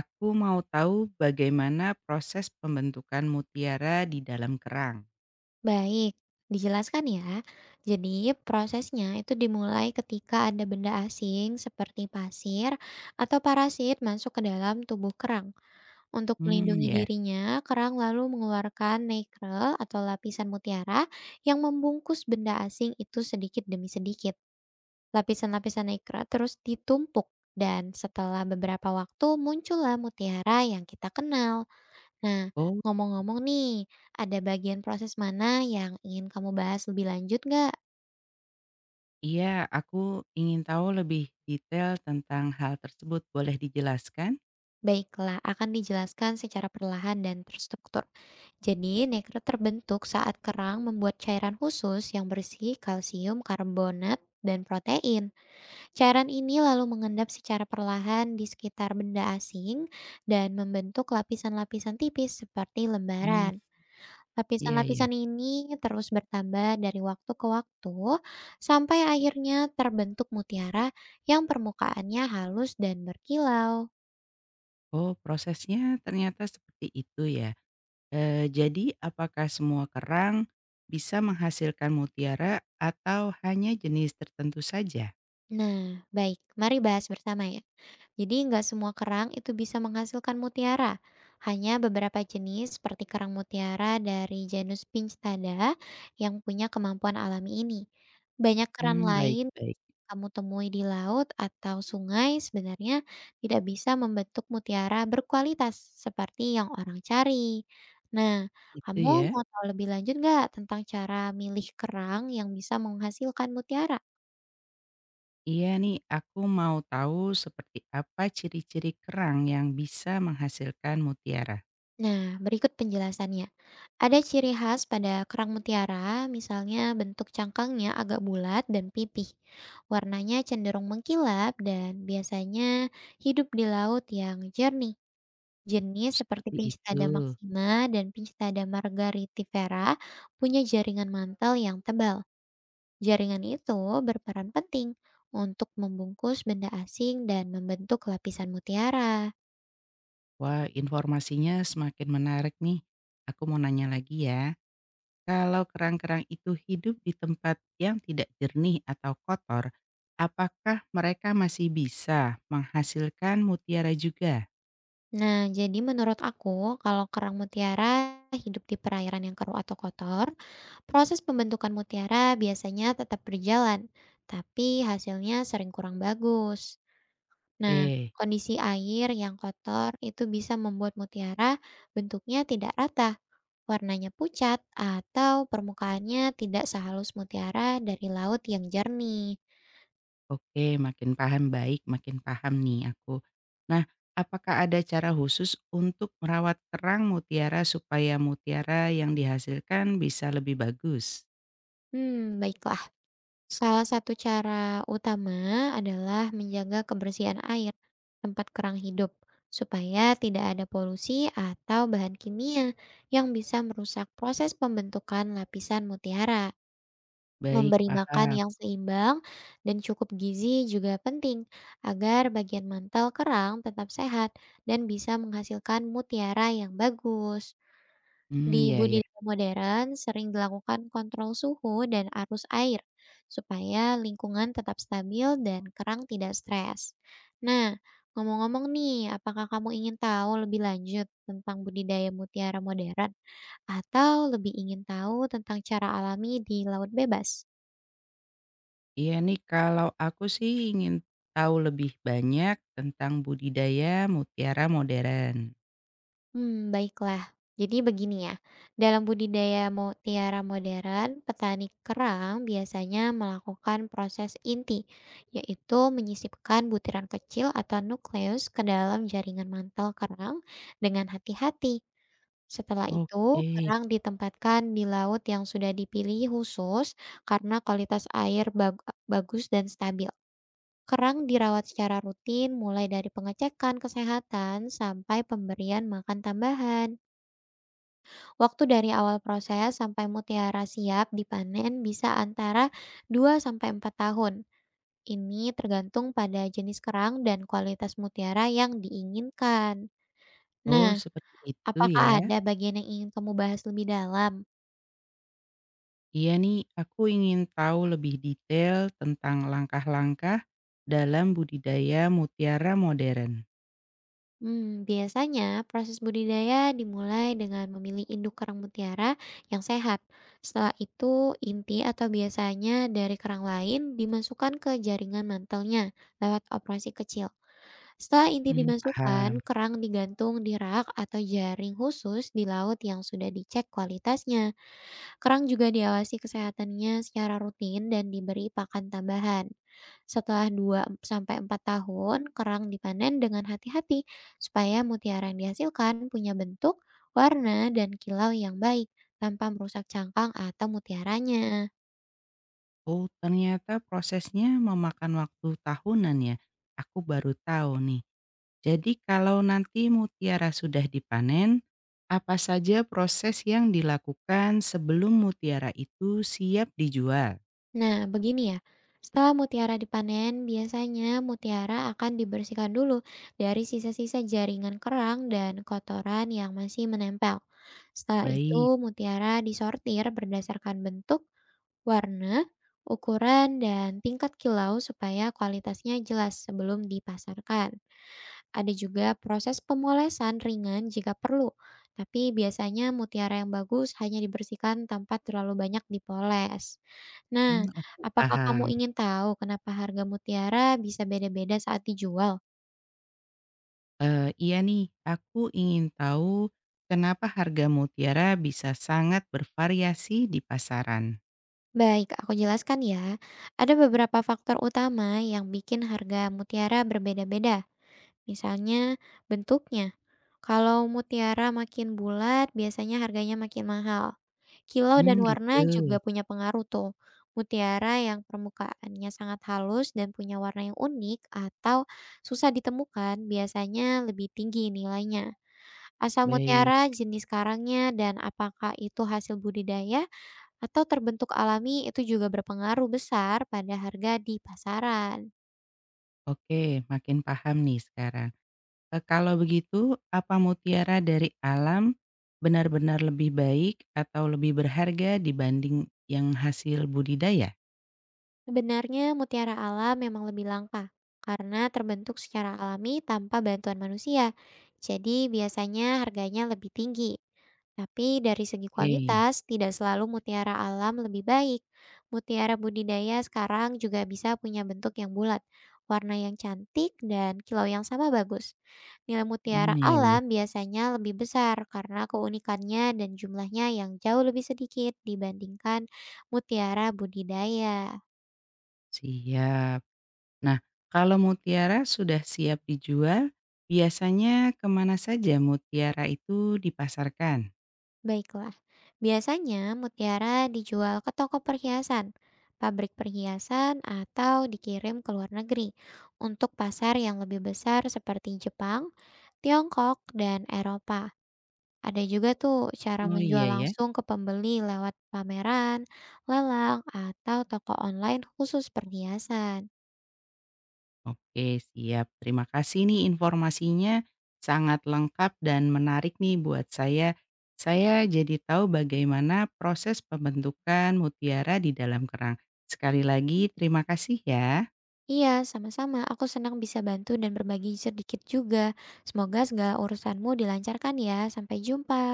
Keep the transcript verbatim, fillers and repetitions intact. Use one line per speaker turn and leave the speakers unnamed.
Aku mau tahu bagaimana proses pembentukan mutiara di dalam kerang.
Baik, dijelaskan ya. Jadi, prosesnya itu dimulai ketika ada benda asing seperti pasir atau parasit masuk ke dalam tubuh kerang. Untuk
Hmm,
melindungi
ya.
dirinya, kerang lalu mengeluarkan nacre atau lapisan mutiara yang membungkus benda asing itu sedikit demi sedikit. Lapisan-lapisan nacre terus ditumpuk dan setelah beberapa waktu muncullah mutiara yang kita kenal. Nah,
Oh,
ngomong-ngomong nih, ada bagian proses mana yang ingin kamu bahas lebih lanjut nggak?
iya, aku ingin tahu lebih detail tentang hal tersebut. Boleh dijelaskan?
Baiklah, akan dijelaskan secara perlahan dan terstruktur. Jadi, nekro terbentuk saat kerang membuat cairan khusus yang bersih kalsium karbonat dan protein. Cairan ini lalu mengendap secara perlahan di sekitar benda asing dan membentuk lapisan-lapisan tipis seperti
Hmm,
lembaran.
iya iya.
Lapisan-lapisan ini terus bertambah dari waktu ke waktu sampai akhirnya terbentuk mutiara yang permukaannya halus dan berkilau.
Oh, prosesnya ternyata seperti itu ya. Eee, jadi apakah semua kerang bisa menghasilkan mutiara atau hanya jenis tertentu saja?
Nah, baik, mari bahas bersama ya. Jadi nggak semua kerang itu bisa menghasilkan mutiara. Hanya beberapa jenis seperti kerang mutiara dari genus Pinctada yang punya kemampuan alami ini. Banyak kerang
Hmm, baik
lain
baik.
kamu temui di laut atau sungai sebenarnya tidak bisa membentuk mutiara berkualitas seperti yang orang cari. Nah,
Itu
kamu
ya.
mau tahu lebih lanjut nggak tentang cara milih kerang yang bisa menghasilkan mutiara?
Iya nih, aku mau tahu seperti apa ciri-ciri kerang yang bisa menghasilkan mutiara.
Nah, berikut penjelasannya. Ada ciri khas pada kerang mutiara, misalnya bentuk cangkangnya agak bulat dan pipih. Warnanya cenderung mengkilap dan biasanya hidup di laut yang jernih. Jenis seperti
Seperti itu.
Pinctada maxima dan Pinctada margaritifera punya jaringan mantel yang tebal. Jaringan itu berperan penting untuk membungkus benda asing dan membentuk lapisan mutiara.
Wah, informasinya semakin menarik nih. Aku mau nanya lagi ya. Kalau kerang-kerang itu hidup di tempat yang tidak jernih atau kotor, apakah mereka masih bisa menghasilkan mutiara juga?
Nah, jadi menurut aku, kalau kerang mutiara hidup di perairan yang keruh atau kotor, proses pembentukan mutiara biasanya tetap berjalan, tapi hasilnya sering kurang bagus. Nah,
Eh.
kondisi air yang kotor itu bisa membuat mutiara bentuknya tidak rata, warnanya pucat, atau permukaannya tidak sehalus mutiara dari laut yang jernih.
Oke, makin paham, baik, makin paham nih aku. Nah, apakah ada cara khusus untuk merawat kerang mutiara supaya mutiara yang dihasilkan bisa lebih bagus?
Hmm, baiklah. Salah satu cara utama adalah menjaga kebersihan air, tempat kerang hidup, supaya tidak ada polusi atau bahan kimia yang bisa merusak proses pembentukan lapisan mutiara.
Baik,
Memberi makan
paham.
yang seimbang dan cukup gizi juga penting agar bagian mantel kerang tetap sehat dan bisa menghasilkan mutiara yang bagus.
Hmm,
Di
ya ya.
budidaya modern sering dilakukan kontrol suhu dan arus air supaya lingkungan tetap stabil dan kerang tidak stres. Nah, ngomong-ngomong nih, apakah kamu ingin tahu lebih lanjut tentang budidaya mutiara modern atau lebih ingin tahu tentang cara alami di laut bebas?
Iya nih, kalau aku sih ingin tahu lebih banyak tentang budidaya mutiara modern.
Mmm, baiklah. Jadi begini ya, dalam budidaya mo- tiara modern, petani kerang biasanya melakukan proses inti, yaitu menyisipkan butiran kecil atau nukleus ke dalam jaringan mantel kerang dengan hati-hati. Setelah itu,
Oke.
kerang ditempatkan di laut yang sudah dipilih khusus karena kualitas air bag bagus dan stabil. Kerang dirawat secara rutin mulai dari pengecekan kesehatan sampai pemberian makan tambahan. Waktu dari awal proses sampai mutiara siap dipanen bisa antara dua sampai empat tahun. Ini tergantung pada jenis kerang dan kualitas mutiara yang diinginkan.
Oh,
Nah,
seperti itu
apakah
ya.
ada bagian yang ingin kamu bahas lebih dalam?
Iya nih, aku ingin tahu lebih detail tentang langkah-langkah dalam budidaya mutiara modern.
Hmm, biasanya proses budidaya dimulai dengan memilih induk kerang mutiara yang sehat. Setelah itu, inti atau biasanya dari kerang lain dimasukkan ke jaringan mantelnya lewat operasi kecil. Setelah inti
Hmm.
dimasukkan,
Paham.
kerang digantung di rak atau jaring khusus di laut yang sudah dicek kualitasnya. Kerang juga diawasi kesehatannya secara rutin dan diberi pakan tambahan. Setelah dua sampai empat tahun, kerang dipanen dengan hati-hati supaya mutiara yang dihasilkan punya bentuk, warna, dan kilau yang baik tanpa merusak cangkang atau mutiaranya.
Oh, ternyata prosesnya memakan waktu tahunan ya. Aku baru tahu nih. Jadi kalau nanti mutiara sudah dipanen, apa saja proses yang dilakukan sebelum mutiara itu siap dijual?
Nah, begini ya. Setelah mutiara dipanen, biasanya mutiara akan dibersihkan dulu dari sisa-sisa jaringan kerang dan kotoran yang masih menempel. Setelah
Baik,
itu, mutiara disortir berdasarkan bentuk, warna, ukuran, dan tingkat kilau supaya kualitasnya jelas sebelum dipasarkan. Ada juga proses pemolesan ringan jika perlu, tapi biasanya mutiara yang bagus hanya dibersihkan tanpa terlalu banyak dipoles.
hmm,
Nah,
oke.
apakah kamu
Paham.
ingin tahu kenapa harga mutiara bisa beda-beda saat dijual?
Eee, iya nih, aku ingin tahu kenapa harga mutiara bisa sangat bervariasi di pasaran?
Baik, aku jelaskan ya. Ada beberapa faktor utama yang bikin harga mutiara berbeda-beda. Misalnya bentuknya. Kalau mutiara makin bulat, biasanya harganya makin mahal. Kilau dan
Mmm, gitu.
warna juga punya pengaruh tuh. Mutiara yang permukaannya sangat halus dan punya warna yang unik atau susah ditemukan, biasanya lebih tinggi nilainya. Asal
Baik.
mutiara, jenis karangnya, dan apakah itu hasil budidaya atau terbentuk alami itu juga berpengaruh besar pada harga di pasaran.
Oke, makin paham nih sekarang. Eee, kalau begitu, apa mutiara dari alam benar-benar lebih baik atau lebih berharga dibanding yang hasil budidaya?
Sebenarnya mutiara alam memang lebih langka karena terbentuk secara alami tanpa bantuan manusia. Jadi biasanya harganya lebih tinggi. Tapi dari segi
Oke.
kualitas, tidak selalu mutiara alam lebih baik. Mutiara budidaya sekarang juga bisa punya bentuk yang bulat, warna yang cantik, dan kilau yang sama bagus. Nilai mutiara
Hmm, ya ya.
alam biasanya lebih besar karena keunikannya dan jumlahnya yang jauh lebih sedikit dibandingkan mutiara budidaya.
Siap. Nah, kalau mutiara sudah siap dijual, biasanya kemana saja mutiara itu dipasarkan?
Baiklah, biasanya mutiara dijual ke toko perhiasan, pabrik perhiasan, atau dikirim ke luar negeri untuk pasar yang lebih besar seperti Jepang, Tiongkok, dan Eropa. Ada juga tuh cara
Oh
menjual
iya ya.
langsung ke pembeli lewat pameran, lelang, atau toko online khusus perhiasan.
Oke, siap. Terima kasih nih informasinya sangat lengkap dan menarik nih buat saya. Saya jadi tahu bagaimana proses pembentukan mutiara di dalam kerang. Sekali lagi terima kasih ya.
Iya, sama-sama. Aku senang bisa bantu dan berbagi sedikit juga. Semoga segala urusanmu dilancarkan ya. Sampai jumpa.